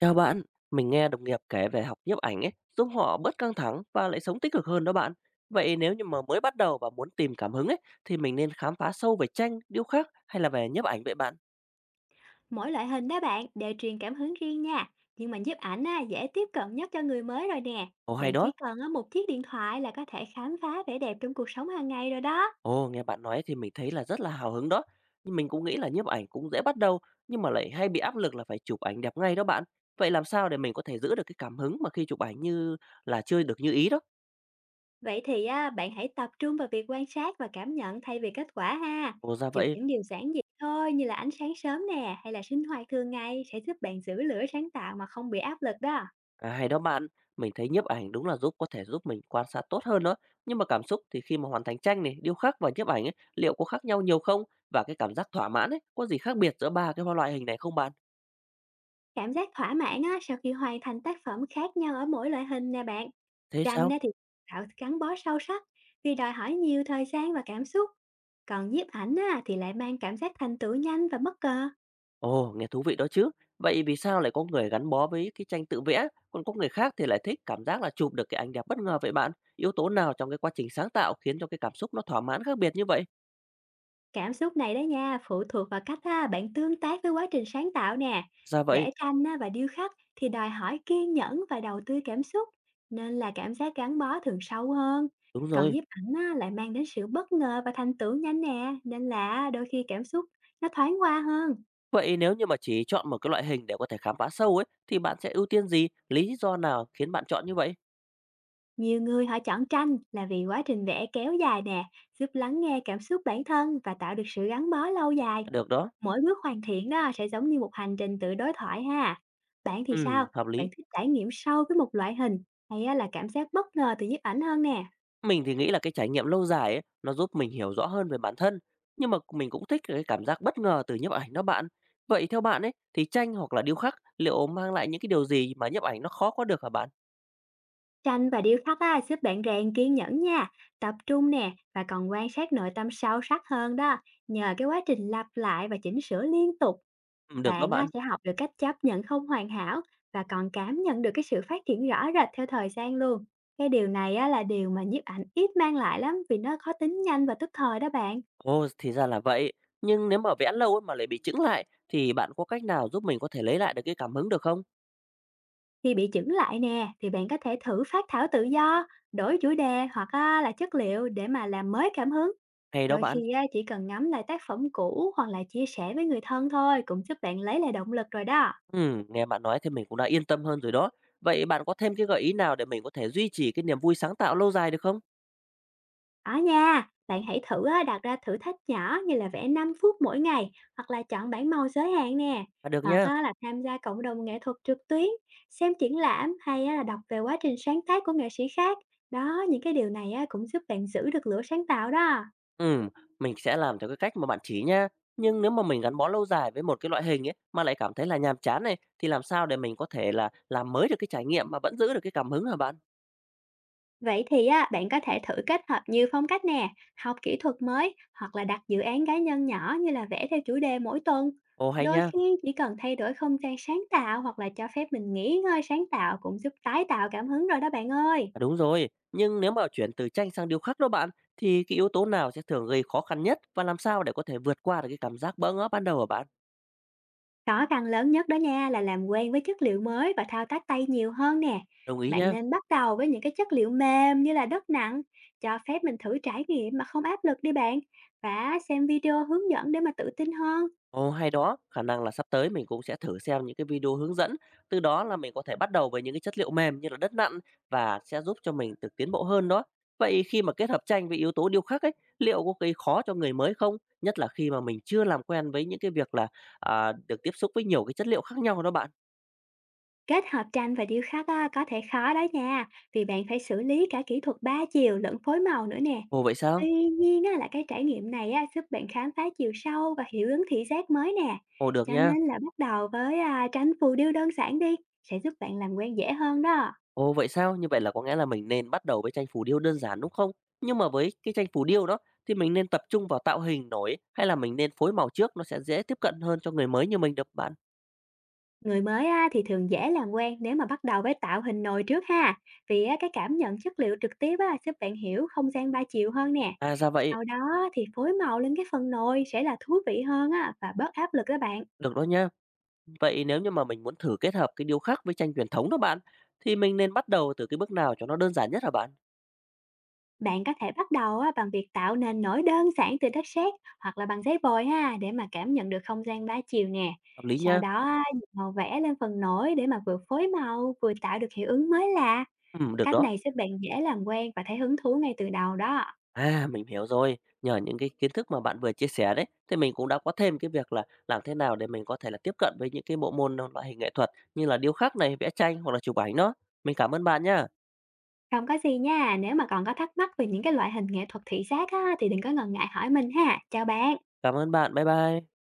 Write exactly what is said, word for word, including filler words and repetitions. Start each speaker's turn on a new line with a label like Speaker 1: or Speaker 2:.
Speaker 1: Chào bạn, mình nghe đồng nghiệp kể về học nhiếp ảnh ấy, giúp họ bớt căng thẳng và lại sống tích cực hơn đó bạn. Vậy nếu như mà mới bắt đầu và muốn tìm cảm hứng ấy, thì mình nên khám phá sâu về tranh, điêu khắc hay là về nhiếp ảnh vậy bạn?
Speaker 2: Mỗi loại hình đó bạn đều truyền cảm hứng riêng nha, nhưng mà nhiếp ảnh á, dễ tiếp cận nhất cho người mới rồi nè.
Speaker 1: Ồ, hay
Speaker 2: Bạn chỉ
Speaker 1: đó.
Speaker 2: cần á, một chiếc điện thoại là có thể khám phá vẻ đẹp trong cuộc sống hàng ngày rồi đó.
Speaker 1: Ồ, nghe bạn nói thì mình thấy là rất là hào hứng đó. Nhưng mình cũng nghĩ là nhiếp ảnh cũng dễ bắt đầu, nhưng mà lại hay bị áp lực là phải chụp ảnh đẹp ngay đó bạn. Vậy làm sao để mình có thể giữ được cái cảm hứng mà khi chụp ảnh như là chưa được như ý đó?
Speaker 2: Vậy thì á, bạn hãy tập trung vào việc quan sát và cảm nhận thay vì kết quả ha.
Speaker 1: Ồ, ra
Speaker 2: Chụp
Speaker 1: vậy.
Speaker 2: những điều giản dị thôi, như là ánh sáng sớm nè hay là sinh hoạt thường ngày, sẽ giúp bạn giữ lửa sáng tạo mà không bị áp lực đó.
Speaker 1: À, hay đó bạn, mình thấy nhiếp ảnh đúng là giúp có thể giúp mình quan sát tốt hơn đó. Nhưng mà cảm xúc thì khi mà hoàn thành tranh này, điêu khắc và nhiếp ảnh ấy, liệu có khác nhau nhiều không? Và cái cảm giác thỏa mãn ấy, có gì khác biệt giữa ba cái loại hình này không bạn?
Speaker 2: Cảm giác thỏa mãn á, sau khi hoàn thành tác phẩm khác nhau ở mỗi loại hình nè bạn.
Speaker 1: Thế
Speaker 2: Tranh
Speaker 1: sao?
Speaker 2: á, thì tạo gắn bó sâu sắc vì đòi hỏi nhiều thời gian và cảm xúc. Còn nhiếp ảnh á, thì lại mang cảm giác thành tựu nhanh và bất ngờ.
Speaker 1: Ồ, nghe thú vị đó chứ. Vậy vì sao lại có người gắn bó với cái tranh tự vẽ, còn có người khác thì lại thích cảm giác là chụp được cái ảnh đẹp bất ngờ vậy bạn? Yếu tố nào trong cái quá trình sáng tạo khiến cho cái cảm xúc nó thỏa mãn khác biệt như vậy?
Speaker 2: Cảm xúc này đó nha, phụ thuộc vào cách á, bạn tương tác với quá trình sáng tạo nè.
Speaker 1: Ra vậy.
Speaker 2: Vẽ tranh á, và điêu khắc thì đòi hỏi kiên nhẫn và đầu tư cảm xúc, nên là cảm giác gắn bó thường sâu hơn.
Speaker 1: Đúng
Speaker 2: Còn
Speaker 1: rồi.
Speaker 2: nhiếp ảnh á, lại mang đến sự bất ngờ và thành tựu nhanh nè, nên là đôi khi cảm xúc nó thoáng qua hơn.
Speaker 1: Vậy nếu như mà chỉ chọn một cái loại hình để có thể khám phá sâu ấy, thì bạn sẽ ưu tiên gì? Lý do nào khiến bạn chọn như vậy?
Speaker 2: Nhiều người họ chọn tranh là vì quá trình vẽ kéo dài nè, giúp lắng nghe cảm xúc bản thân và tạo được sự gắn bó lâu dài.
Speaker 1: Được đó.
Speaker 2: Mỗi bước hoàn thiện đó sẽ giống như một hành trình tự đối thoại ha. Bạn thì sao?
Speaker 1: Ừm, hợp
Speaker 2: Bạn
Speaker 1: lý.
Speaker 2: thích trải nghiệm sâu với một loại hình, hay á là cảm giác bất ngờ từ nhiếp ảnh hơn nè?
Speaker 1: Mình thì nghĩ là cái trải nghiệm lâu dài ấy, nó giúp mình hiểu rõ hơn về bản thân. Nhưng mà mình cũng thích cái cảm giác bất ngờ từ nhiếp ảnh đó bạn. Vậy theo bạn ấy, thì tranh hoặc là điêu khắc liệu mang lại những cái điều gì mà nhiếp ảnh nó khó có được hả bạn?
Speaker 2: Tranh và điêu khắc á, giúp bạn rèn kiên nhẫn nha, tập trung nè và còn quan sát nội tâm sâu sắc hơn đó. Nhờ cái quá trình lặp lại và chỉnh sửa liên tục,
Speaker 1: Ừm, được đó
Speaker 2: bạn á,
Speaker 1: bạn.
Speaker 2: sẽ học được cách chấp nhận không hoàn hảo và còn cảm nhận được cái sự phát triển rõ rệt theo thời gian luôn. Cái điều này á, là điều mà nhiếp ảnh ít mang lại lắm, vì nó khó tính nhanh và tức thời đó bạn.
Speaker 1: Ồ, thì ra là vậy. Nhưng nếu mà vẽ lâu ấy mà lại bị chững lại, thì bạn có cách nào giúp mình có thể lấy lại được cái cảm hứng được không?
Speaker 2: Khi bị chững lại nè, thì bạn có thể thử phát thảo tự do, đổi chủ đề hoặc á, là chất liệu để mà làm mới cảm hứng.
Speaker 1: Hay đó
Speaker 2: Đôi
Speaker 1: bạn.
Speaker 2: khi á, chỉ cần ngắm lại tác phẩm cũ hoặc là chia sẻ với người thân thôi cũng giúp bạn lấy lại động lực rồi đó.
Speaker 1: Ừ, nghe bạn nói thì mình cũng đã yên tâm hơn rồi đó. Vậy bạn có thêm cái gợi ý nào để mình có thể duy trì cái niềm vui sáng tạo lâu dài được không?
Speaker 2: Đó nha, bạn hãy thử á, đặt ra thử thách nhỏ như là vẽ năm phút mỗi ngày hoặc là chọn bảng màu giới hạn nè.
Speaker 1: À, được
Speaker 2: Hoặc
Speaker 1: nha.
Speaker 2: á, là tham gia cộng đồng nghệ thuật trực tuyến, xem triển lãm hay á, là đọc về quá trình sáng tác của nghệ sĩ khác. Đó, những cái điều này á, cũng giúp bạn giữ được lửa sáng tạo đó.
Speaker 1: Ừ, mình sẽ làm theo cái cách mà bạn chỉ nha. Nhưng nếu mà mình gắn bó lâu dài với một cái loại hình ấy mà lại cảm thấy là nhàm chán này thì làm sao để mình có thể là làm mới được cái trải nghiệm mà vẫn giữ được cái cảm hứng hả bạn?
Speaker 2: Vậy thì á, bạn có thể thử kết hợp nhiều phong cách nè, học kỹ thuật mới hoặc là đặt dự án cá nhân nhỏ như là vẽ theo chủ đề mỗi tuần.
Speaker 1: Ồ, hay
Speaker 2: Đôi
Speaker 1: nha.
Speaker 2: khi chỉ cần thay đổi không gian sáng tạo hoặc là cho phép mình nghỉ ngơi sáng tạo cũng giúp tái tạo cảm hứng rồi đó bạn ơi.
Speaker 1: À, đúng rồi. Nhưng nếu mà chuyển từ tranh sang điêu khắc đó bạn thì cái yếu tố nào sẽ thường gây khó khăn nhất và làm sao để có thể vượt qua được cái cảm giác bỡ ngỡ ban đầu hả bạn?
Speaker 2: Khó khăn lớn nhất đó nha là làm quen với chất liệu mới và thao tác tay nhiều hơn nè.
Speaker 1: Đồng ý
Speaker 2: Bạn
Speaker 1: nha.
Speaker 2: nên bắt đầu với những cái chất liệu mềm như là đất nặng, cho phép mình thử trải nghiệm mà không áp lực đi bạn. Và xem video hướng dẫn để mà tự tin hơn.
Speaker 1: Ồ, hay đó, khả năng là sắp tới mình cũng sẽ thử xem những cái video hướng dẫn, từ đó là mình có thể bắt đầu với những cái chất liệu mềm như là đất nặn và sẽ giúp cho mình được tiến bộ hơn đó. Vậy khi mà kết hợp tranh với yếu tố điêu khắc ấy, liệu có gây khó cho người mới không? Nhất là khi mà mình chưa làm quen với những cái việc là à, được tiếp xúc với nhiều cái chất liệu khác nhau đó bạn.
Speaker 2: Kết hợp tranh và điêu khắc á, có thể khó đó nha, vì bạn phải xử lý cả kỹ thuật ba chiều lẫn phối màu nữa nè.
Speaker 1: Ồ, vậy sao?
Speaker 2: Tuy nhiên á, là cái trải nghiệm này á, giúp bạn khám phá chiều sâu và hiệu ứng thị giác mới nè.
Speaker 1: Ồ, được
Speaker 2: Cho
Speaker 1: nha.
Speaker 2: nên là bắt đầu với à, tranh phù điêu đơn giản đi, sẽ giúp bạn làm quen dễ hơn đó.
Speaker 1: Ồ, vậy sao? Như vậy là có nghĩa là mình nên bắt đầu với tranh phù điêu đơn giản, đúng không? Nhưng mà với cái tranh phù điêu đó thì mình nên tập trung vào tạo hình nổi hay là mình nên phối màu trước nó sẽ dễ tiếp cận hơn cho người mới như mình được bạn?
Speaker 2: Người mới á, thì thường dễ làm quen nếu mà bắt đầu với tạo hình nồi trước ha, vì á, cái cảm nhận chất liệu trực tiếp á, giúp bạn hiểu không gian ba chiều hơn nè.
Speaker 1: À, ra vậy,
Speaker 2: Sau đó thì phối màu lên cái phần nồi sẽ là thú vị hơn á, và bớt áp lực đó bạn.
Speaker 1: được đó nha. Vậy nếu như mà mình muốn thử kết hợp cái điêu khắc với tranh truyền thống đó bạn, thì mình nên bắt đầu từ cái bước nào cho nó đơn giản nhất hả bạn?
Speaker 2: Bạn có thể bắt đầu á, bằng việc tạo nền nổi đơn giản từ đất sét hoặc là bằng giấy bồi ha, để mà cảm nhận được không gian ba chiều nè.
Speaker 1: Hợp lý
Speaker 2: Sau
Speaker 1: nha.
Speaker 2: đó á, dùng màu vẽ lên phần nổi để mà vừa phối màu vừa tạo được hiệu ứng mới lạ.
Speaker 1: Ừ, được
Speaker 2: Cách
Speaker 1: đó.
Speaker 2: này giúp bạn dễ làm quen và thấy hứng thú ngay từ đầu đó.
Speaker 1: À, mình hiểu rồi. Nhờ những cái kiến thức mà bạn vừa chia sẻ đấy, thì mình cũng đã có thêm cái việc là làm thế nào để mình có thể là tiếp cận với những cái bộ môn ờ, loại hình nghệ thuật như là điêu khắc này, vẽ tranh hoặc là chụp ảnh đó. Mình cảm ơn bạn nhá.
Speaker 2: Không có gì nha, nếu mà còn có thắc mắc về những cái loại hình nghệ thuật thị giác á, thì đừng có ngần ngại hỏi mình ha. Chào bạn.
Speaker 1: Cảm ơn bạn. Bye bye.